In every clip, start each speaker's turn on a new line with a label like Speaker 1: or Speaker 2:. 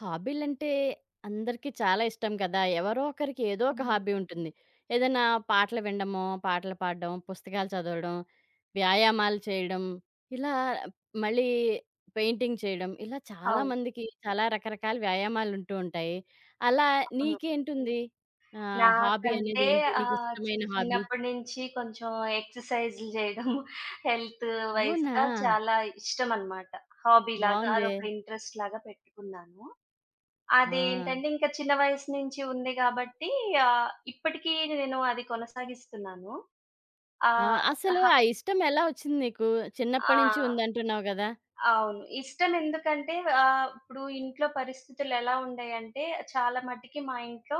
Speaker 1: హాబీలంటే అందరికీ చాలా ఇష్టం కదా! ఎవరో ఒకరికి ఏదో ఒక
Speaker 2: హ్మ్.
Speaker 1: హాబీ ఉంటుంది. ఏదైనా పాటలు వినడమో, పాటలు పాడడం, పుస్తకాలు చదవడం, వ్యాయామాలు చేయడం, ఇలా మళ్ళీ పెయింటింగ్ చేయడం, ఇలా
Speaker 2: అవును.
Speaker 1: చాలామందికి చాలా రకరకాల వ్యాయామాలుంటూ ఉంటాయి. అలా
Speaker 2: అవును.
Speaker 1: నీకేంటుంది? హాబీ
Speaker 2: నాకంటే
Speaker 1: అనేదేంటి?
Speaker 2: ఆహ్, చి
Speaker 1: నీకిష్టమైన హాబీ?
Speaker 2: చిన్నప్పటి నుంచి కొంచెం ఎక్సర్‌సైజ్‌లు చేయడం హెల్త్
Speaker 1: అవునా!
Speaker 2: వైస్‌గా చాలా ఇష్టమనమాట. హాబీలాగా
Speaker 1: బావుందే.
Speaker 2: అదొక ఇంట్రెస్ట్ లాగా పెట్టుకున్నాను.
Speaker 1: ఆ!
Speaker 2: అదేంటంటే ఇంకా చిన్న వయసు నుంచి ఉంది కాబట్టి ఇప్పటికీ నేను అది కొనసాగిస్తున్నాను.
Speaker 1: ఆ!
Speaker 2: ఆహ్,
Speaker 1: అసలు
Speaker 2: హ
Speaker 1: ఆ ఇష్టం ఎలా ఒచ్చింది నీకు? చిన్నప్పటి నుంచి
Speaker 2: ఆ!
Speaker 1: ఉందంటున్నావు గదా!
Speaker 2: అవును. ఇష్టం ఎందుకంటే ఇప్పుడు ఇంట్లో పరిస్థితులెలా ఉండేయంటే, చాలా మటికి మా ఇంట్లో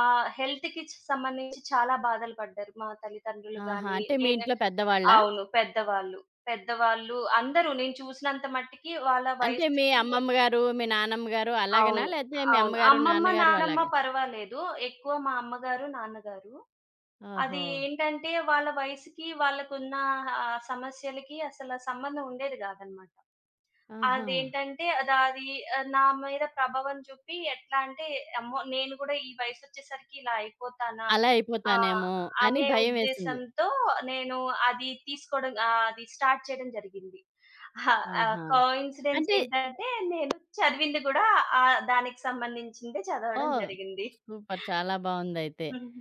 Speaker 2: హెల్త్‌కి సంబంధించి చాలా బాధలు పడ్డారు. మా తల్లిదండ్రులు
Speaker 1: ఆహా!
Speaker 2: గానీ,
Speaker 1: అంటే మీ
Speaker 2: నేను
Speaker 1: ఇంట్లో పెద్దవాళ్ళా?
Speaker 2: అవును. పెద్దవాళ్ళు. పెద్దవాళ్ళు అందరూ నేను చూసినంత మట్టికి వాళ్ళ
Speaker 1: అంటే
Speaker 2: వయసుకి
Speaker 1: మీ అమ్మమ్మ గారు, మీ నానమ్మ గారు అలాగనా?
Speaker 2: అవును.
Speaker 1: లేతే మీ
Speaker 2: అవును.
Speaker 1: అమ్మగారు,
Speaker 2: అమ్మమ్మ,
Speaker 1: నాన్నగారు
Speaker 2: నానమ్మ
Speaker 1: అలాగా?
Speaker 2: పర్వాలేదు. ఎక్కువ మా అమ్మగారు, నాన్నగారు. అది
Speaker 1: ఓహో!
Speaker 2: ఏంటంటే వాళ్ళ వయసుకి, వాళ్ళకున్న సమస్యలకి అసల సంబంధం ఉండేది గాదనమాట.
Speaker 1: ఆహా!
Speaker 2: అదేంటంటే అది అది నా మీద ప్రభావం చూపి ఎట్లా అంటే, అమ్మో! నేను గూడా ఈ వయసొచ్చేసరికి ఇలా అయిపోతానా?
Speaker 1: అలా
Speaker 2: ఆ!
Speaker 1: అయిపోతానేమో అని
Speaker 2: అనే
Speaker 1: భయమేసింది.
Speaker 2: ఉద్దేశంతో నేను అది తీసుకోవడం, అది స్టార్ట్ చేయడం జరిగింది. అహా!
Speaker 1: ఆహా!
Speaker 2: కోయిన్సిడెన్స్
Speaker 1: అంటే
Speaker 2: ఏంటంటే నేను చదివింది గూడా దానికి సంబంధించిందే చదవడం
Speaker 1: ఓహ్!
Speaker 2: జరిగింది.
Speaker 1: సూపర్ చాలా బావుందయితే.
Speaker 2: హ్మ్.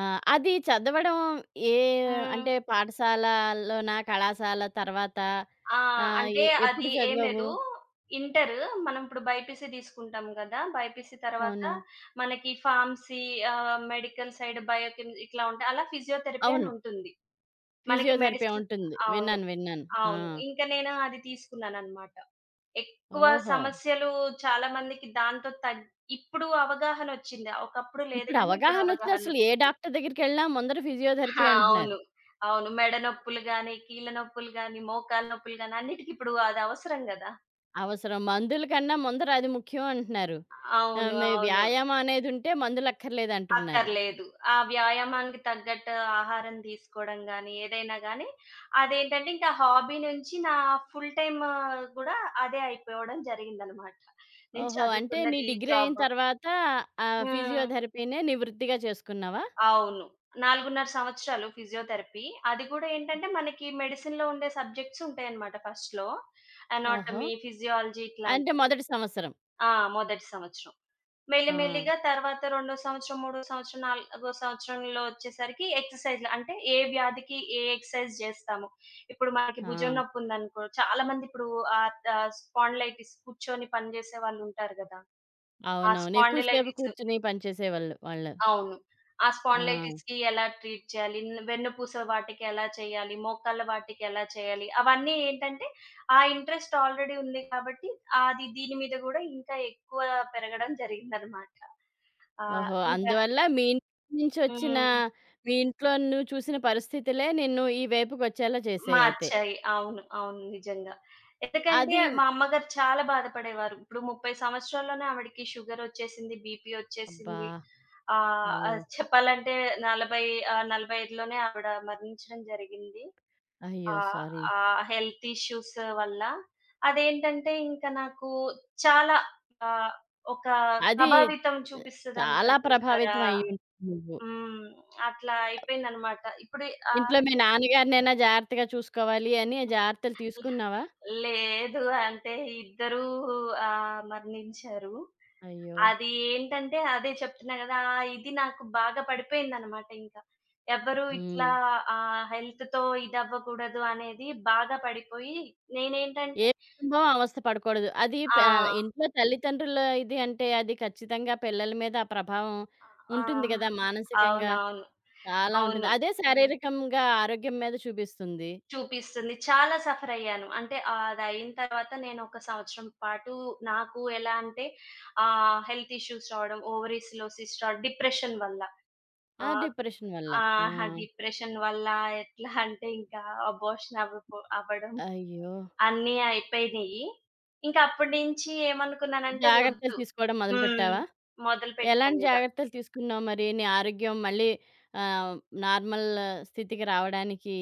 Speaker 1: ఆ! అది చదవడం ఏ
Speaker 2: హ్మ్.
Speaker 1: అంటే పాఠశాలలోనా? కళాశాల తర్వాత
Speaker 2: ఆ! అంటే
Speaker 1: ఎప్పుడు
Speaker 2: అది ఏం
Speaker 1: చదివావు?
Speaker 2: లేదు. ఇంటరు మనం ఇప్పుడు బైపీసీ తీసుకుంటాం గదా! బైపీసీ తర్వాత
Speaker 1: అవును.
Speaker 2: మనకి ఫార్మసీ, మెడికల్ సైడ్ బయోకెమి ఇట్లా ఉంటాయి. అలా ఫిజియోథెరపీ అని
Speaker 1: అవును.
Speaker 2: ఉంటుంది. మనకి
Speaker 1: ఫిజియోథెరపీ
Speaker 2: మెడిసిన్
Speaker 1: ఉంటుంది.
Speaker 2: అవును.
Speaker 1: విన్నాను. విన్నాను. ఆ!
Speaker 2: అవును. ఇంక నేను అది తీసుకున్నాననమాట. ఎక్కువ
Speaker 1: ఓహో!
Speaker 2: సమస్యలు చాలా మందికి దాంతో ఇప్పుడు అవగాహనొచ్చింది. ఒకప్పుడు లేదు
Speaker 1: ఇప్పుడు
Speaker 2: గానీ ఇప్పుడు
Speaker 1: అవగాహనొచ్చింది. అసలు ఏ
Speaker 2: అవగాహనొచ్చింది.
Speaker 1: డాక్టర్ దగ్గరికెళ్ళినా ముందర
Speaker 2: ఆ!
Speaker 1: ఫిజియోథెరపీ అంటున్నారు.
Speaker 2: అవును. అవును. మెడ నొప్పులు గాని, కీళ్ళ నొప్పులు గాని, మోకాళ్ళ నొప్పులు గాని అన్నిటికి ఇప్పుడు అది అవసరం గదా!
Speaker 1: అవసరం మందుల కన్నా ముందర అది ముఖ్యం అంటున్నారు.
Speaker 2: అవును.
Speaker 1: మీ
Speaker 2: అవును.
Speaker 1: వ్యాయామం అనేదుంటే మందులక్కర్లేదంటున్నారు.
Speaker 2: అక్కర్లేదు. ఆ వ్యాయామానికి తగ్గట్టు ఆహారం తీసుకోవడం గాని, ఏదైనా గాని అదేంటంటే ఇంకా హాబీ నుంచి నా ఫుల్ టైమ్ గూడా అదే అయిపోవడం జరిగిందనమాట. నేను
Speaker 1: ఓహో! అంటే నీ
Speaker 2: చదువుకున్నది,
Speaker 1: డిగ్రీ అయిన
Speaker 2: జాబ్
Speaker 1: తర్వాత ఆ
Speaker 2: హ్మ్.
Speaker 1: ఫిజియోథెరపీనే నీ వృత్తిగా చేసుకున్నావా?
Speaker 2: అవును. 4.5 సంవత్సరాలు ఫిజియోథెరపీ. అది కూడా ఏంటంటే మనకి మెడిసిన్‌లో ఉండే సబ్జెక్ట్స్ ఉంటాయన్నమాట ఫస్ట్‌లో.
Speaker 1: ఓహో!
Speaker 2: అనాటమీ, ఫిజియాలజీ
Speaker 1: అంటే
Speaker 2: ఇట్లాంటివి.
Speaker 1: మొదటి సంవత్సరం.
Speaker 2: ఆ! మొదటి సంవత్సరం.
Speaker 1: ఆ!
Speaker 2: మెల్లిమెల్లిగా తర్వాత రెండో సంవత్సరం, మూడో సంవత్సరం, నాలుగో సంవత్సరంలో వచ్చేసరికి ఎక్సర్‌సైజ్‌లు అంటే ఏ వ్యాధికి ఏ ఎక్సర్‌సైజ్ జేస్తాము. ఇప్పుడు మనకి భుజం
Speaker 1: ఆ!
Speaker 2: నొప్పి ఉందనుకో. చాలా మంది ఇప్పుడు ఆహ్, ఆహ్, స్పాండిలైటిస్ కూర్చొని పని జేసే వాళ్ళుంటారు గదా! ఆ
Speaker 1: అవునవును. ఎక్కువ సేపు
Speaker 2: స్పాండిలైటిస్
Speaker 1: కూర్చొని పనిచేసేవాళ్ళు వాళ్ళు.
Speaker 2: అవును. ఆ
Speaker 1: ఆ!
Speaker 2: స్పాండిలైటిస్‌కి ఎలా ట్రీట్ చేయాలి? వెన్నుపూస వాటికి ఎలా చేయాలి? మోకాళ్ళ వాటికి ఎలా చేయాలి? అవన్నీ ఏంటంటే, ఆ ఇంట్రెస్ట్ ఆల్రెడీ ఉంది కాబట్టి, అది దీని మీద గూడా ఇంకా ఎక్కువ పెరగడం జరిగిందనమాట.
Speaker 1: ఓహో!
Speaker 2: ఇంకా
Speaker 1: అందువల్ల మీ ఇంటి నుంచొచ్చిన
Speaker 2: హ్మ్.
Speaker 1: మీ ఇంట్లో నువ్వు చూసిన పరిస్థితులే నిన్ను ఈ వైపుకొచ్చేలా చేసాయయితే.
Speaker 2: మార్చాయి. అవును. అవును. నిజంగా. ఎందుకంటే
Speaker 1: అది
Speaker 2: మా అమ్మగారు చాలా బాధపడేవారు. ఇప్పుడు 30 సంవత్సరాల్లోనే ఆవిడకి షుగరొచ్చేసింది, బీపీ
Speaker 1: అబ్బా!
Speaker 2: వచ్చేసింది. ఆహ్,
Speaker 1: అయ్యో!
Speaker 2: ఆహ్, చెప్పాలంటే 40, 45 లోనే ఆవిడ మరణించడం జరిగింది.
Speaker 1: అయ్యో!
Speaker 2: ఆహ్,
Speaker 1: సారీ.
Speaker 2: ఆ హెల్త్ ఇష్యూస్ వల్ల. అదేంటంటే ఇంకా నాకు చాలా ఆహ్, ఒక
Speaker 1: అది
Speaker 2: ప్రభావితం
Speaker 1: చాలా
Speaker 2: చూపిస్తదంటారు చూసారా?
Speaker 1: ప్రభావితం అయ్యుంటావు నువ్వు.
Speaker 2: హ్మ్. అట్లా అయిపోయిందనమాట. ఇప్పుడు
Speaker 1: ఇంట్లో
Speaker 2: ఆహ్
Speaker 1: మీ నాన్నగారినైనా జాగ్రత్తగా చూసుకోవాలి అని జాగ్రత్తలు తీసుకున్నావా?
Speaker 2: లేదు. అంటే ఇద్దరూ మరణించారు.
Speaker 1: అయ్యో!
Speaker 2: అది ఏంటంటే అదే చెప్తున్నా గదా! ఆ ఇది నాకు బాగా పడిపోయిందనమాట ఇంకా. ఎవ్వరు
Speaker 1: హ్మ్.
Speaker 2: ఇట్లా హెల్త్‌తో ఇదవ్వకూడదు అనేది బాగా పడిపోయి నేనేంటంటే
Speaker 1: ఏ కుటుంబం అవస్థ పడకూడదు. అది ప
Speaker 2: ఆ!
Speaker 1: ఇంట్లో తల్లిదండ్రుల ఇది అంటే అది ఖచ్చితంగా పిల్లల మీద ఆ ప్రభావం ఉంటుంది గదా!
Speaker 2: ఆ!
Speaker 1: మానసికంగా
Speaker 2: అవునవును.
Speaker 1: చాలా ఉంటుంది.
Speaker 2: అవును.
Speaker 1: అదే శారీరకంగా ఆరోగ్యం మీద చూపిస్తుంది.
Speaker 2: చూపిస్తుంది. చాలా సఫర్ అయ్యాను. అంటే అదయిన తర్వాత నేను ఒక సంవత్సరం పాటు నాకు ఎలా అంటే హెల్త్ ఇష్యూస్ రావడం, ఓవరీస్‌లో సిస్ట్ రావడం, డిప్రెషన్ వల్ల.
Speaker 1: ఆ
Speaker 2: ఆహ్,
Speaker 1: డిప్రెషన్ వల్ల. ఆ!
Speaker 2: ఆహ్, డిప్రెషన్ వల్ల ఎట్లా అంటే ఇంకా అబార్షన్ అవ్వడం,
Speaker 1: అయ్యో!
Speaker 2: అన్నీ అయిపోయినియి. ఇంకా అప్పటి నుంచి ఏమనుకున్నానంటే
Speaker 1: జాగ్రత్తలు
Speaker 2: వద్దు.
Speaker 1: తీసుకోవడం
Speaker 2: హ్మ్.
Speaker 1: మొదలుపెట్టావా? ఎలాంటి
Speaker 2: మొదలుపెట్టానిక.
Speaker 1: జాగ్రత్తలు తీసుకున్నావు మరి? నీ ఆరోగ్యం మళ్ళీ ఆహ్, నార్మల్ స్థితికి రావడానికి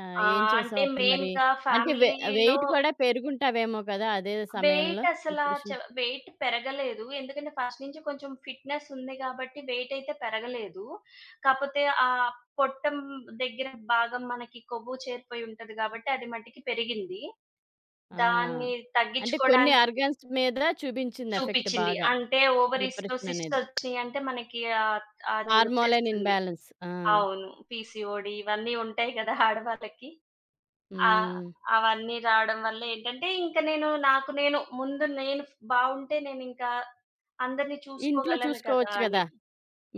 Speaker 1: ఏం చేసావు
Speaker 2: అంటే
Speaker 1: అప్పుడు మరి?
Speaker 2: మెయిన్‌గా
Speaker 1: అంటే
Speaker 2: ఫ్యామిలీలో
Speaker 1: వెయిట్ కూడా పెరుగుంటావేమో కదా! అదే సమయంలో
Speaker 2: వెయిట్ అసలా చ
Speaker 1: డిప్రెషన్.
Speaker 2: వెయిట్ పెరగలేదు. ఎందుకంటే ఫస్ట్ నుంచి కొంచెం ఫిట్‌నెస్ ఉంది కాబట్టి వెయిట్ అయితే పెరగలేదు. కాపోతే ఆ పొట్టం దగ్గర భాగం మనకి కొవ్వు చేరిపోయి ఉంటది కాబట్టి అది మటికి పెరిగింది. దాన్ని
Speaker 1: ఆ! అంటే కొన్ని
Speaker 2: తగ్గించుకోవడానికి
Speaker 1: ఆర్గాన్స్ మీద చూపించింది ఎఫెక్ట్
Speaker 2: చూపిచ్చింది.
Speaker 1: బాగా.
Speaker 2: అంటే ఓవరీస్‌లో
Speaker 1: డిప్రెషన్
Speaker 2: సిస్ట్స్
Speaker 1: అనేది.
Speaker 2: వచ్చినియి అంటే మనకి అది
Speaker 1: హార్మోలైన్
Speaker 2: వచ్చేస్తుంది.
Speaker 1: ఇన్‌బాలన్స్. ఆ!
Speaker 2: అవును. పీసీఓడీ ఇవన్నీ ఉంటాయి గదా! ఆడవాళ్ళకి. ఆ!
Speaker 1: హ్మ్.
Speaker 2: అవన్నీ రావడం వల్ల ఏంటంటే, ఇంక నాకు నేను ముందు బావుంటే నేనింకా అందరిని
Speaker 1: ఇంట్లో
Speaker 2: చూసుకోగలను కదా!
Speaker 1: చూసుకోవచ్చు
Speaker 2: అని.
Speaker 1: కదా!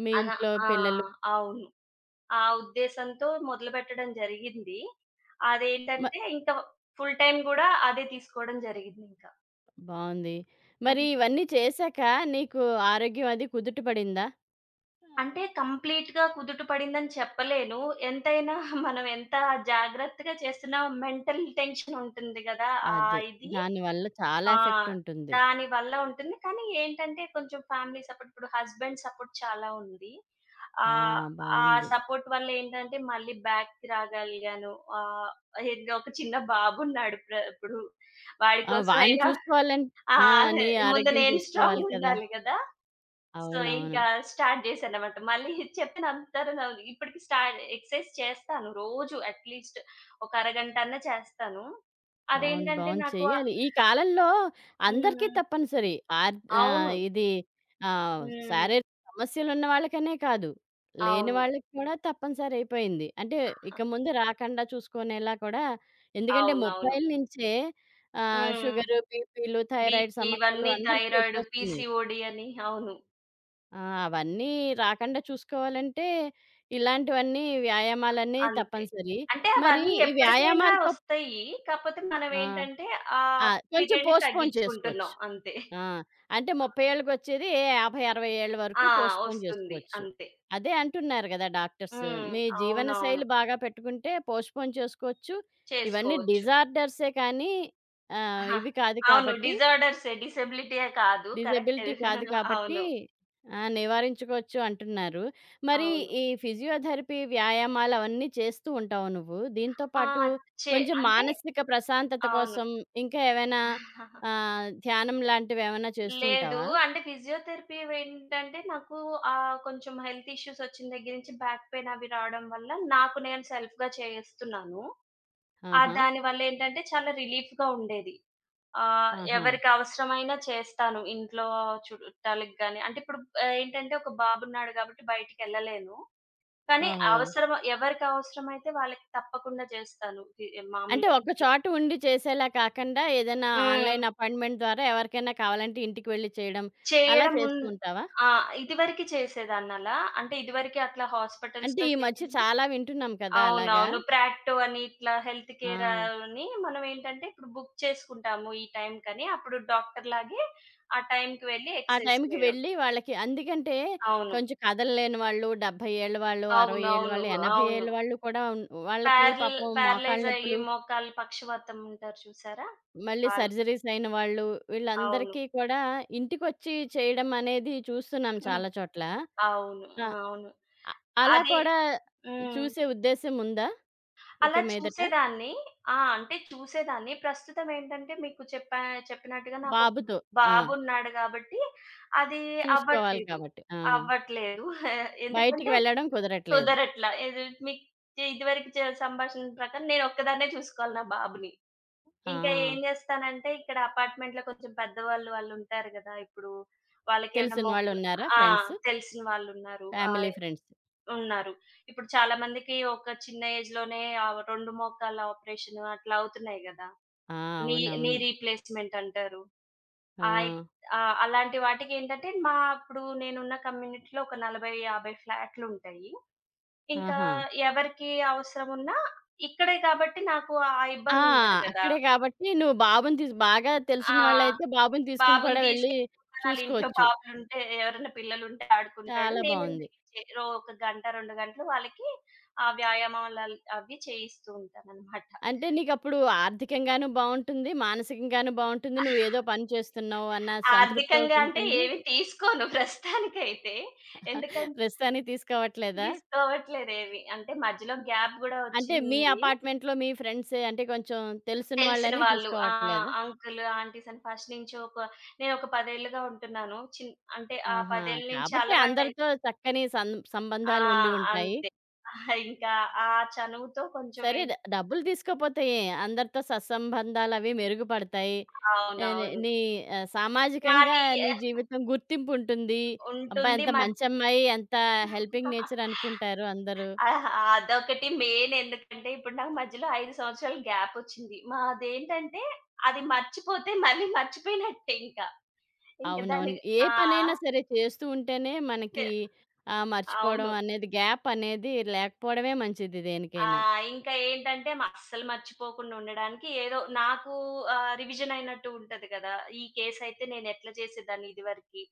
Speaker 1: మీ
Speaker 2: అన
Speaker 1: ఇంట్లో
Speaker 2: ఆ!
Speaker 1: పిల్లలు.
Speaker 2: అవును. ఆ ఉద్దేశంతో మొదలుపెట్టడం జరిగింది.
Speaker 1: మ
Speaker 2: అదేంటంటే, ఇంక ఫుల్ టైమ్ గూడా అదే తీసుకోవడం జరిగిందింక.
Speaker 1: బావుంది. మరి ఇవన్నీ చేశాక నీకు ఆరోగ్యం అది కుదుట పడిందా?
Speaker 2: అంటే కంప్లీట్‌గా కుదుట పడిందని చెప్పలేను. ఎంతైనా మనం ఎంత జాగ్రత్తగా చేస్తున్నా మెంటల్ టెన్షన్ ఉంటుంది గదా! ఆ
Speaker 1: అదే.
Speaker 2: ఇది
Speaker 1: దానివల్ల చాలా
Speaker 2: ఆ!
Speaker 1: ఎఫెక్ట్ ఉంటుంది.
Speaker 2: దాని వల్ల ఉంటుంది. కానీ ఏంటంటే కొంచెం ఫ్యామిలీ సపోర్ట్, ఇప్పుడు హస్బెండ్ సపోర్ట్ చాలా ఉంది.
Speaker 1: ఆ!
Speaker 2: ఆహ్, ఆ
Speaker 1: బావుంది.
Speaker 2: సపోర్ట్ వల్ల ఏంటంటే మళ్ళీ బ్యాక్‌కి రాగలిగాను. ఆహ్, ఏందో ఒక చిన్న బాబున్నాడు ఇప్పుడు. వాడి
Speaker 1: ఆ!
Speaker 2: కోసం
Speaker 1: వాడిని
Speaker 2: అయినా
Speaker 1: చూసుకోవాలం
Speaker 2: ఆ!
Speaker 1: ఆ! నీ
Speaker 2: ముందు
Speaker 1: ఆరోగ్యం
Speaker 2: నేను స్ట్రాంగ్
Speaker 1: చూసుకోవాలి కదా!
Speaker 2: ఉండాలి కదా! సో,
Speaker 1: అవునవును.
Speaker 2: ఇంకా స్టార్ట్ చేశాననమాట. మళ్ళీ చెప్పినంతరు నా ఇప్పటికి ఎక్సర్సైజ్ చేస్తాను. రోజు అట్‌లీస్ట్ ఒక అరగంట అన్నా చేస్తాను.
Speaker 1: బావుంది.
Speaker 2: అదేంటంటే
Speaker 1: బావుంది.
Speaker 2: నాకు
Speaker 1: చెయ్యాలి. ఈ కాలంలో అందరికీ
Speaker 2: హ్మ్.
Speaker 1: తప్పనిసరి. ఆర్
Speaker 2: అవును.
Speaker 1: ఇది ఆహ్,
Speaker 2: హ్మ్.
Speaker 1: శారీరక సమస్యలున్న వాళ్ళకనే కాదు. లేని
Speaker 2: అవును.
Speaker 1: వాళ్ళకి కూడా తప్పనిసరి అయిపోయింది. అంటే ఇక ముందు రాకుండా చూసుకునేలా కూడా ఎందుకంటే
Speaker 2: అవునవును.
Speaker 1: 30ల నుంచే
Speaker 2: హ్మ్.
Speaker 1: షుగరు, బీపీలు, థైరాయిడ్
Speaker 2: బీపీ
Speaker 1: సమస్యలు
Speaker 2: ఇవన్నీ
Speaker 1: అందరికీ
Speaker 2: థైరాయిడ్,
Speaker 1: వచ్చేస్తున్నాయి.
Speaker 2: పీసీఓడీ అని అవును.
Speaker 1: ఆ! అవన్నీ రాకుండా చూసుకోవాలంటే, ఇలాంటివన్నీ వ్యాయామాలన్నీ
Speaker 2: అంతే.
Speaker 1: తప్పనిసరి.
Speaker 2: అంటే
Speaker 1: మరి
Speaker 2: అవన్నీ
Speaker 1: ఈ
Speaker 2: ఎప్పటికైనా
Speaker 1: వ్యాయామాలతో
Speaker 2: వస్తాయి. కాపోతే
Speaker 1: ఆ!
Speaker 2: మనమేంటంటే ఆ
Speaker 1: ఆ! కొంచెం
Speaker 2: పీరియడ్‌ని
Speaker 1: పోస్ట్‌పోన్ చేసుకోవచ్చు.
Speaker 2: తగ్గించుకుంటున్నాం అంతే.
Speaker 1: ఆ! అంటే 30
Speaker 2: ఆ!
Speaker 1: ఏళ్ళకొచ్చేది 50, 60 ఏళ్ళ వరకు
Speaker 2: ఆ!
Speaker 1: పోస్ట్‌పోన్
Speaker 2: వస్తుంది
Speaker 1: జేసుకోవచ్చు.
Speaker 2: అంతే.
Speaker 1: అదే అంటున్నారు గదా డాక్టర్స్.
Speaker 2: హ్మ్.
Speaker 1: మీ
Speaker 2: అవునవును.
Speaker 1: జీవనశైలి బాగా పెట్టుకుంటే పోస్ట్‌పోన్ చేసుకోవచ్చు. ఇవన్నీ
Speaker 2: చేసుకోవచ్చు.
Speaker 1: డిజార్డర్సే కానీ
Speaker 2: ఆహా!
Speaker 1: ఇవి కాదు
Speaker 2: అవును.
Speaker 1: కాబట్టి
Speaker 2: డిజార్డర్సే, డిసెబిలిటీయే కాదు. కరెక్టే.
Speaker 1: డిజబిలిటీ కాదు కాబట్టి
Speaker 2: అవును.
Speaker 1: ఆ! నివారించుకోవచ్చు అంటున్నారు. మరి
Speaker 2: అవును.
Speaker 1: ఈ ఫిజియోథెరపీ వ్యాయామాలు అవన్నీ చేస్తూ ఉంటావు నువ్వు. దీంతో
Speaker 2: ఆ!
Speaker 1: పాటు
Speaker 2: చే
Speaker 1: కొంచెం
Speaker 2: అంటే
Speaker 1: మానసిక ప్రశాంతత కోసం ఇంకా ఏవైనా
Speaker 2: అవును.
Speaker 1: ధ్యానం లాంటివేవన్నా చేస్తూ
Speaker 2: లేదు.
Speaker 1: ఉంటావా?
Speaker 2: అంటే ఫిజియోథెరపీ ఏంటంటే నాకు కొంచెం హెల్త్ ఇష్యూస్ వచ్చిన దగ్గర నుంచి బ్యాక్ పెయిన్ అవి రావడం వల్ల నాకు నేను సెల్ఫ్‌గా చేస్తున్నాను. ఆ!
Speaker 1: ఆహా!
Speaker 2: దానివల్ల ఏంటంటే చాలా రిలీఫ్‌గా ఉండేది.
Speaker 1: ఆహా!
Speaker 2: ఎవరికి అవసరమైనా చేస్తాను. ఇంట్లో చుట్టాలకి గాని అంటే ఇప్పుడు ఏంటంటే ఒక బాబున్నాడు కాబట్టి బయటికెళ్ళలేను. కానీ
Speaker 1: ఓహో!
Speaker 2: అవసరం ఎవరికి అవసరమైతే వాళ్ళకి తప్పకుండా చేస్తాను.
Speaker 1: అంటే
Speaker 2: మామూలుగా
Speaker 1: ఒక్క
Speaker 2: ఇంట్లో.
Speaker 1: చోట ఉండి చేసేలా కాకుండా ఏదైనా
Speaker 2: హ్మ్.
Speaker 1: ఆన్‌లైన్ అపాయింట్‌మెంట్ ద్వారా ఎవరికైనా కావాలంటే ఇంటికి వెళ్లి చేయడం అలా
Speaker 2: చేయడం ఉన్
Speaker 1: చేస్తూ ఉంటావా?
Speaker 2: ఆ! ఇదివరకి చేసేదాన్నలా. అంటే ఇదివరకి అట్లా
Speaker 1: అంటే
Speaker 2: హాస్పిటల్స్‌లో
Speaker 1: ఈ మధ్య
Speaker 2: చేసింది.
Speaker 1: చాలా వింటున్నాం కదా! అలాగా.
Speaker 2: అవునవును. ప్రాక్టో అని ఇట్లా హెల్త్ కేర్
Speaker 1: ఆ!
Speaker 2: అని మనం ఏంటంటే ఇప్పుడు బుక్ చేసుకుంటాము ఈ టైంకని. అప్పుడు డాక్టర్‌లాగే ఆ టైంకి వెళ్లి
Speaker 1: ఆ
Speaker 2: ఎక్సర్‌సైజ్
Speaker 1: టైంకి
Speaker 2: చేయడం.
Speaker 1: వెళ్ళి వాళ్ళకి అందుకంటే
Speaker 2: అవును.
Speaker 1: కొంచెం కదలలేని వాళ్ళు, 70 ఏళ్ళ వాళ్ళు, 60 ఏళ్ళ
Speaker 2: అవునవును.
Speaker 1: వాళ్ళు,
Speaker 2: అవును.
Speaker 1: 80
Speaker 2: అవును
Speaker 1: ఏళ్ళ వాళ్ళు కూడా ఉన్ వాళ్ళకి పాపం మోకాళ్ళ
Speaker 2: ప్యారలైజ్ అయ్యి
Speaker 1: నొప్పులు,
Speaker 2: మోకాళ్ళు పక్షవాతం ఉంటారు చూసారా?
Speaker 1: మళ్ళీ
Speaker 2: ఆల్
Speaker 1: సర్జరీస్ అయిన వాళ్ళు,
Speaker 2: అవును.
Speaker 1: వీళ్ళందరికీ కూడా ఇంటికొచ్చి చేయడం అనేది చూస్తున్నాం
Speaker 2: హ్మ్.
Speaker 1: చాలా చోట్ల.
Speaker 2: అవును.
Speaker 1: ఆ!
Speaker 2: అవును.
Speaker 1: అ అలా
Speaker 2: అది
Speaker 1: కూడా
Speaker 2: హ్మ్.
Speaker 1: చూసే ఉద్దేశ్యం ఉందా ఇక
Speaker 2: అలా
Speaker 1: మీదట?
Speaker 2: చూసేదాన్ని. ఆ! అంటే చూసేదాన్ని. ప్రస్తుతం ఏంటంటే మీకు చెప్పా చెప్పినట్టుగా నాకొక
Speaker 1: బాబుతో. ఆ!
Speaker 2: బాబున్నాడు గాబట్టి అది
Speaker 1: చూసుకోవాలి
Speaker 2: అవ్వట్లేదు.
Speaker 1: కాబట్టి. ఆ!
Speaker 2: అవ్వట్లేదు.
Speaker 1: బయటికి
Speaker 2: ఎందుకంటే
Speaker 1: వెళ్ళడం కుదరట్లేదు.
Speaker 2: కుదరట్లా. ఇది మీకు ఇదివరకు సంభాషణ ప్రకారం నేను ఒక్కదాన్నే చూసుకోవాలి నా బాబుని. ఇంకా
Speaker 1: ఆ!
Speaker 2: ఏం జేస్తానంటే ఇక్కడ అపార్ట్‌మెంట్‌లో కొంచెం పెద్దవాళ్ళు వాళ్ళుంటారు గదా ఇప్పుడు! వాళ్ళకేమైనా
Speaker 1: తెలిసిన
Speaker 2: మొక్కలు
Speaker 1: వాళ్ళున్నారా
Speaker 2: ఆ!
Speaker 1: ఫ్రెండ్స్?
Speaker 2: తెలిసిన వాళ్ళున్నారు. ఆ!
Speaker 1: Family friends.
Speaker 2: ఉన్నారు. ఇప్పుడు చాలా మందికి ఒక చిన్న ఏజ్‌లోనే 2 మోకాళ్ళ ఆపరేషన్ అట్లా అవుతున్నాయి గదా!
Speaker 1: ఆ!
Speaker 2: నీ నీ
Speaker 1: అవునవును.
Speaker 2: రీప్లేస్‌మెంట్ అంటారు.
Speaker 1: ఆ!
Speaker 2: ఆయి ఆ! అలాంటి వాటికేంటంటే మా ఇప్పుడు నేనున్న కమ్యూనిటీలో ఒక 40, 50 ఫ్లాట్‌లుంటాయి. ఇంకా
Speaker 1: ఆహా!
Speaker 2: ఎవరికి అవసరమున్నా ఇక్కడే కాబట్టి నాకు ఆ
Speaker 1: ఆ!
Speaker 2: ఇబ్బందుండదు గదా!
Speaker 1: అక్కడే కాబట్టి నువ్వు బాబుని తీసి బాగా
Speaker 2: ఆ!
Speaker 1: తెలిసిన వాళ్ళైతే బాబుని తీసుకుని
Speaker 2: బాబుని
Speaker 1: కూడా వెళ్ళి
Speaker 2: తీసుకెళ్ళిపోతాను. ఆళ్ళింట్లో
Speaker 1: చూసుకోవచ్చు.
Speaker 2: బాబులుంటే, ఎవరైనా పిల్లలుంటే ఆడుకుంటాడు.
Speaker 1: చాలా
Speaker 2: నేను
Speaker 1: బావుంది.
Speaker 2: చే రో ఒక గంట, 2 గంటలు వాళ్ళకి ఆ అవి చేయిస్తూ ఉంటాననమాట.
Speaker 1: అంటే నీకప్పుడు ఆర్థికంగాను బావుంటుంది. మానసికంగాను బావుంటుంది. నువ్వేదో పని చేస్తున్నావు అన్న
Speaker 2: ఆర్థికంగా అంటే
Speaker 1: సంతృప్తోటుంటుంది.
Speaker 2: ఏవి తీసుకోను ప్రస్తుతానికైతే. ఎందుకంటే
Speaker 1: రిస్క్ అని తీసుకోవట్లేదా?
Speaker 2: తీసుకోవట్లేదేవి. అంటే మధ్యలో గ్యాప్ గూడా
Speaker 1: అంటే మీ
Speaker 2: వచ్చింది.
Speaker 1: అపార్ట్‌మెంట్‌లో మీ ఫ్రెండ్సే అంటే కొంచెం తెలిసిన
Speaker 2: తెలిసిన
Speaker 1: వాళ్ళని
Speaker 2: వాళ్ళు ఆ!
Speaker 1: తీసుకోవట్లేదా?
Speaker 2: అంకుల్, ఆంటీస్ అని ఫస్ట్ నుంచి నేనొక 10 ఏళ్లుగా ఉంటున్నాను. అంటే ఆ
Speaker 1: ఆహా!
Speaker 2: 10 ఏళ్ల నుంచి
Speaker 1: కాబట్టి
Speaker 2: అలవాటై
Speaker 1: అందరితో చక్కని
Speaker 2: ఆ!
Speaker 1: సంబంధాలు ఉండి ఉంటాయి.
Speaker 2: అంతే. ఇంకా ఆ చనువుతో కొంచెం
Speaker 1: సరే.
Speaker 2: ఏంటి
Speaker 1: డబ్బులు తీసుకోపోతే ఏ అందరితో సత్సంబంధాలవి మెరుగుపడతాయి. నీ
Speaker 2: అవునవును.
Speaker 1: నీ సామాజికంగా
Speaker 2: నాది
Speaker 1: నీ జీవితం గుర్తింపుంటుంది. అబ్బా!
Speaker 2: ఉంటుంది
Speaker 1: ఎంత
Speaker 2: మధ్య
Speaker 1: మంచమ్మాయి, ఎంత హెల్పింగ్ నేచర్ అనుకుంటారు అందరూ.
Speaker 2: అహా! అదొకటి మెయిన్ ఎందుకంటే ఇప్పుడు నాకు మధ్యలో 5 సంవత్సరాలు గ్యాప్ వచ్చింది. మాదేంటంటే అది మర్చిపోతే మళ్ళీ మర్చిపోయినట్టే ఇంకా. ఇంకా
Speaker 1: అవునవును.
Speaker 2: దాన్ని
Speaker 1: ఏ
Speaker 2: ఆ!
Speaker 1: పనైనా సరే చేస్తూ ఉంటేనే
Speaker 2: తె
Speaker 1: మనకి మర్చిపోవడం
Speaker 2: అవును.
Speaker 1: అనేది గ్యాప్ అనేది లేకపోవడమే మంచిది
Speaker 2: ఆ!
Speaker 1: దేనికైనా.
Speaker 2: ఇంకా ఏంటంటే అస్సలు మర్చిపోకుండా ఉండడానికి ఏదో నాకు రివిజన్ అయినట్టు ఉంటది కదా! ఈ కేసయితే నేనెట్లా చేసేదాన్ని ఇదివరకి.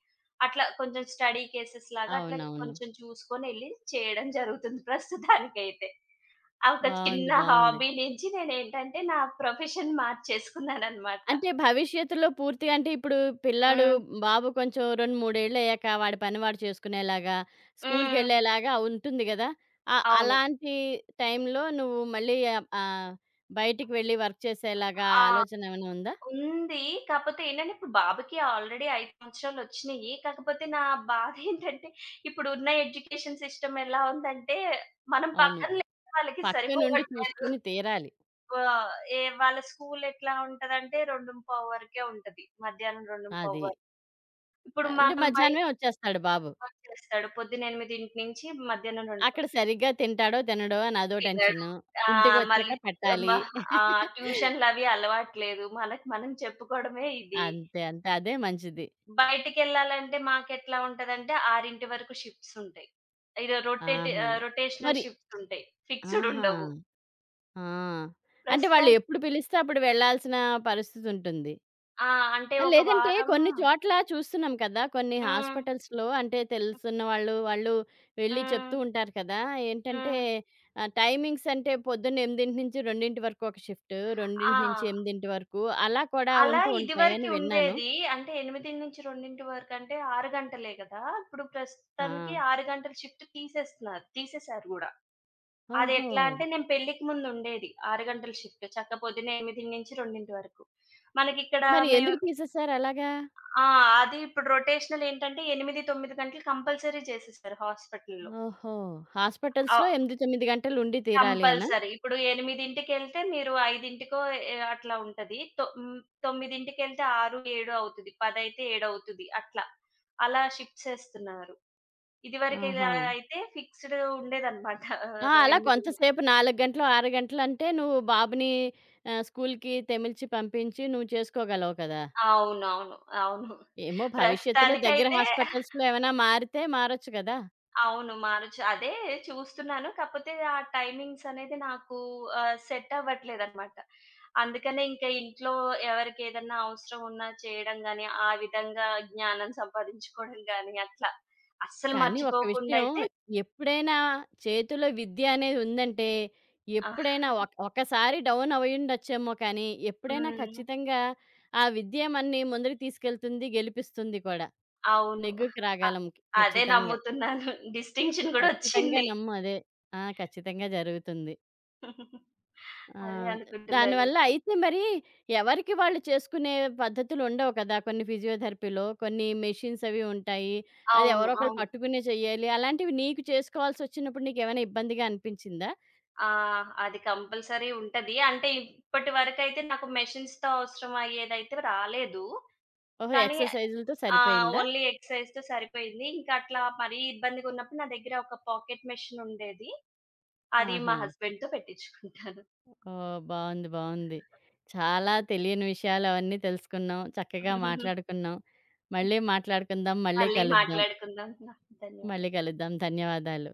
Speaker 2: అట్లా కొంచెం స్టడీ కేసెస్ లాగా అట్లా
Speaker 1: అవునవును.
Speaker 2: కొంచెం చూసుకొనెళ్లి చేయడం జరుగుతుంది ప్రస్తుతానికైతే. ఆ ఒక
Speaker 1: బావుంది.
Speaker 2: చిన్న
Speaker 1: బావుంది.
Speaker 2: హాబీ నుంచి నేనేంటంటే నా ప్రొఫెషన్ మార్చేసుకున్నాననమాట.
Speaker 1: అంటే భవిష్యత్తులో పూర్తిగా అంటే ఇప్పుడు పిల్లాడు
Speaker 2: హ్మ్.
Speaker 1: బాబు కొంచెం 2, 3 ఏళ్ళు అయ్యాక వాడి పని వాడు చేసుకునేలాగా,
Speaker 2: హ్మ్.
Speaker 1: స్కూల్‌కెళ్ళేలాగా ఉంటుంది గదా! అ
Speaker 2: అవును.
Speaker 1: అలాంటి టైంలో నువ్వు మళ్ళీ ఆహ్, ఆహ్, బయటికి వెళ్లి వర్క్ చేసేలాగా
Speaker 2: ఆ!
Speaker 1: ఆలోచన ఏమైనా ఉందా?
Speaker 2: ఉంది. కాపోతే ఏంటంటే, ఇప్పుడు బాబుకి ఆల్రెడీ 5 సంవత్సరాలొచ్చినియి. కాకపోతే నా బాధేంటంటే, ఇప్పుడున్న ఎడ్యుకేషన్ సిస్టమ్ ఎలా ఉందంటే, మనం
Speaker 1: అవును.
Speaker 2: పక్కన లేనిది వాళ్ళకి
Speaker 1: పక్క నుండి
Speaker 2: సరిపోవట్లేదు.
Speaker 1: చూసుకుని తీరాలి.
Speaker 2: ఆహ్, ఏ వాళ్ళ స్కూల్ ఎట్లా ఉంటదంటే, 2:15 వరకే ఉంటది. మధ్యాహ్నం 2:15
Speaker 1: అది.
Speaker 2: వరకు. ఇప్పుడు
Speaker 1: అంటే
Speaker 2: మనం బయటికి
Speaker 1: మధ్యాహ్నమే వచ్చేస్తాడు బాబు.
Speaker 2: వచ్చేస్తాడు. పొద్దున 8 నుంచి మధ్యాహ్నం 2:00.
Speaker 1: అక్కడ సరిగ్గా తింటాడో, తినడో అని అదో
Speaker 2: తినడు.
Speaker 1: టెన్షను.
Speaker 2: ఆ!
Speaker 1: ఇంటికొచ్చాక
Speaker 2: మళ్ళీ ఆహ్, మ
Speaker 1: పెట్టాలి.
Speaker 2: ఆ ట్యూషన్‌లవి అలవాట్లేదు. మనకు మనం చెప్పుకోవడమే ఇది.
Speaker 1: అంతే. అంతే. అదే మంచిది.
Speaker 2: బయటికెళ్ళాలంటే మాకెట్లా ఉంటదంటే 6:00 వరకు షిఫ్ట్స్ ఉంటాయి.
Speaker 1: ఆహా!
Speaker 2: రొటేషనల్
Speaker 1: మరి
Speaker 2: షిఫ్ట్స్ ఉంటాయి. ఫిక్స్‌డ్
Speaker 1: ఆహా!
Speaker 2: ఉండవు.
Speaker 1: ఆ! అంటే వాళ్ళు
Speaker 2: ప్రస్తుతాని
Speaker 1: ఎప్పుడు పిలిస్తే అప్పుడు వెళ్ళాల్సిన పరిస్థితుంటుంది.
Speaker 2: ఆ! అంటే
Speaker 1: ఆ!
Speaker 2: ఒక
Speaker 1: లేదంటే
Speaker 2: వారం
Speaker 1: కొన్ని చోట్ల చూస్తున్నాం కదా! కొన్ని
Speaker 2: హ్మ్.
Speaker 1: హాస్పిటల్స్‌లో అంటే తెలుసున్న వాళ్ళు, వాళ్ళు వెళ్ళి
Speaker 2: హ్మ్.
Speaker 1: చెప్తూ ఉంటారు కదా! ఏంటంటే
Speaker 2: హ్మ్.
Speaker 1: టైమింగ్స్ అంటే పొద్దున్న 8 నుంచి 2 వరకు ఒక షిఫ్ట్,
Speaker 2: ఆ!
Speaker 1: 2-8 వరకు అలా కూడా
Speaker 2: అలా
Speaker 1: ఉంటూ ఉంటాయని
Speaker 2: ఇదివరకి
Speaker 1: విన్నాను.
Speaker 2: ఉండేది. అంటే 8-2 వరకు అంటే 6 గంటలే కదా! ఇప్పుడు
Speaker 1: ఆ!
Speaker 2: ప్రస్తుతానికి 6 గంటల షిఫ్ట్ తీసేస్తున్నారు. తీసేసారు గూడా. అది
Speaker 1: ఓహో!
Speaker 2: ఎట్లా అంటే నేను పెళ్ళికి ముందు ఉండేది 6 గంటల షిఫ్ట్. చక్క పొద్దున్న 8-2 వరకు. మనకిక్కడ
Speaker 1: మరి
Speaker 2: మేం
Speaker 1: ఎందుకు తీసేసారు అలాగా?
Speaker 2: ఆ! అది ఇప్పుడు రొటేషనల్ ఏంటంటే 8, 9 గంటలు కంపల్సరీ చేసేసారు హాస్పిటల్‌లో.
Speaker 1: ఓహో! హాస్పిటల్స్‌లో
Speaker 2: ఆహ్,
Speaker 1: 8, 9 గంటలు ఉండి తీరాలి అనా?
Speaker 2: కంపల్సరీ. ఇప్పుడు 8కి మీరు 5కో అట్లా ఉంటది. 9కెళ్తే 6, 7 అవుతది. 10 అయితే 7 అవుతది. అట్లా. అలా షిఫ్ట్స్ ఏస్తున్నారు. ఇదివరకు
Speaker 1: ఆహా!
Speaker 2: ఇలా అయితే ఫిక్స్‌డ్ ఉండేదన్నమాట. ఆహ్,
Speaker 1: ఆ!
Speaker 2: రో
Speaker 1: అలా
Speaker 2: 8
Speaker 1: కొంతసేపు 4 గంటలు, 6 గంటలంటే నువ్వు బాబుని స్కూల్‌కి తెమిల్చి పంపించి నువ్వు చేసుకోగలవు కదా!
Speaker 2: అవునవును. అవును.
Speaker 1: ఏమో భవిష్యత్తులో దగ్గర
Speaker 2: ప్రస్తుతానికైతే
Speaker 1: హాస్పిటల్స్‌లో ఏమైనా మారితే మారొచ్చు కదా!
Speaker 2: అవును. మారొచ్చు. అదే చూస్తున్నాను. కాకపోతే ఆ టైమింగ్స్ అనేది నాకు సెట్ అవ్వట్లేదనమాట. అందుకనే ఇంకా ఇంట్లో ఎవరికేదన్నా అవసరం ఉన్నా చేయడం గాని, ఆ విధంగా జ్ఞానం సంపాదించుకోవడం గాని అట్లా. అస్సలు
Speaker 1: కానీ ఒక
Speaker 2: మర్చిపోకుండా
Speaker 1: విషయం
Speaker 2: అయితే
Speaker 1: ఎప్పుడైనా చేతిలో విద్య అనేది ఉందంటే, ఎప్పుడైనా ఒకసారి డౌన్ అయ్యుండొచ్చేమో కానీ, ఎప్పుడైనా
Speaker 2: హ్మ్.
Speaker 1: ఖచ్చితంగా ఆ విద్యే మనని ముందుకు తీసుకెళ్తుంది, గెలిపిస్తుంది కూడా.
Speaker 2: అవును.
Speaker 1: నెగ్గుకు
Speaker 2: అ
Speaker 1: రాగలం
Speaker 2: అదే
Speaker 1: ఖచ్చితంగా.
Speaker 2: నమ్ముతున్నాను. డిస్టింక్షన్ గూడా
Speaker 1: ఖచ్చితంగా
Speaker 2: వచ్చింది.
Speaker 1: నమ్ము అదే. ఆ! ఖచ్చితంగా జరుగుతుంది. ఆ!
Speaker 2: అదే అనుకుంటున్నాను.
Speaker 1: దానివల్ల అయితే మరి ఎవరికి వాళ్ళు చేసుకునే పద్ధతులుండవు కదా! కొన్ని ఫిజియోథెరపీలో, కొన్ని మెషిన్స్ అవి ఉంటాయి. అది
Speaker 2: అవును.
Speaker 1: ఎవరో ఒకళ్ళు
Speaker 2: అవును.
Speaker 1: పట్టుకునే చెయ్యాలి. అలాంటివి నీకు చేసుకోవాల్సొచ్చినప్పుడు నీకేమైనా ఇబ్బందిగా అనిపించిందా?
Speaker 2: ఆ! అది కంపల్సరీ ఉంటది. అంటే ఇప్పటి వరకైతే నాకు మెషిన్స్‌తో అవసరం అయ్యేదైతే రాలేదు.
Speaker 1: ఓహో!
Speaker 2: కానీ
Speaker 1: ఎక్సర్‌సైజులతో
Speaker 2: ఆ!
Speaker 1: సరిపోయిందా?
Speaker 2: ఓన్లీ ఎక్సర్‌సైజ్‌తో సరిపోయింది. ఇంకా అట్లా మరీ ఇబ్బందిగున్నప్పుడు నా దగ్గర ఒక పాకెట్ మెషిన్ ఉండేది. అది మా
Speaker 1: ఆహా!
Speaker 2: హస్బెండ్‌తో పెట్టించుకుంటాను.
Speaker 1: ఓహ్! బావుంది. బావుంది. చాలా తెలియని విషయాలు అవన్నీ తెలుసుకున్నాం. చక్కగా మాట్లాడుకున్నాం. మళ్ళీ మాట్లాడుకుందాం. మళ్ళీ
Speaker 2: మళ్ళీ
Speaker 1: కలుద్దాం.
Speaker 2: మాట్లాడుకుందాం.
Speaker 1: మళ్ళీ
Speaker 2: ధన్యవాదాలు.
Speaker 1: కలుద్దాం. ధన్యవాదాలు.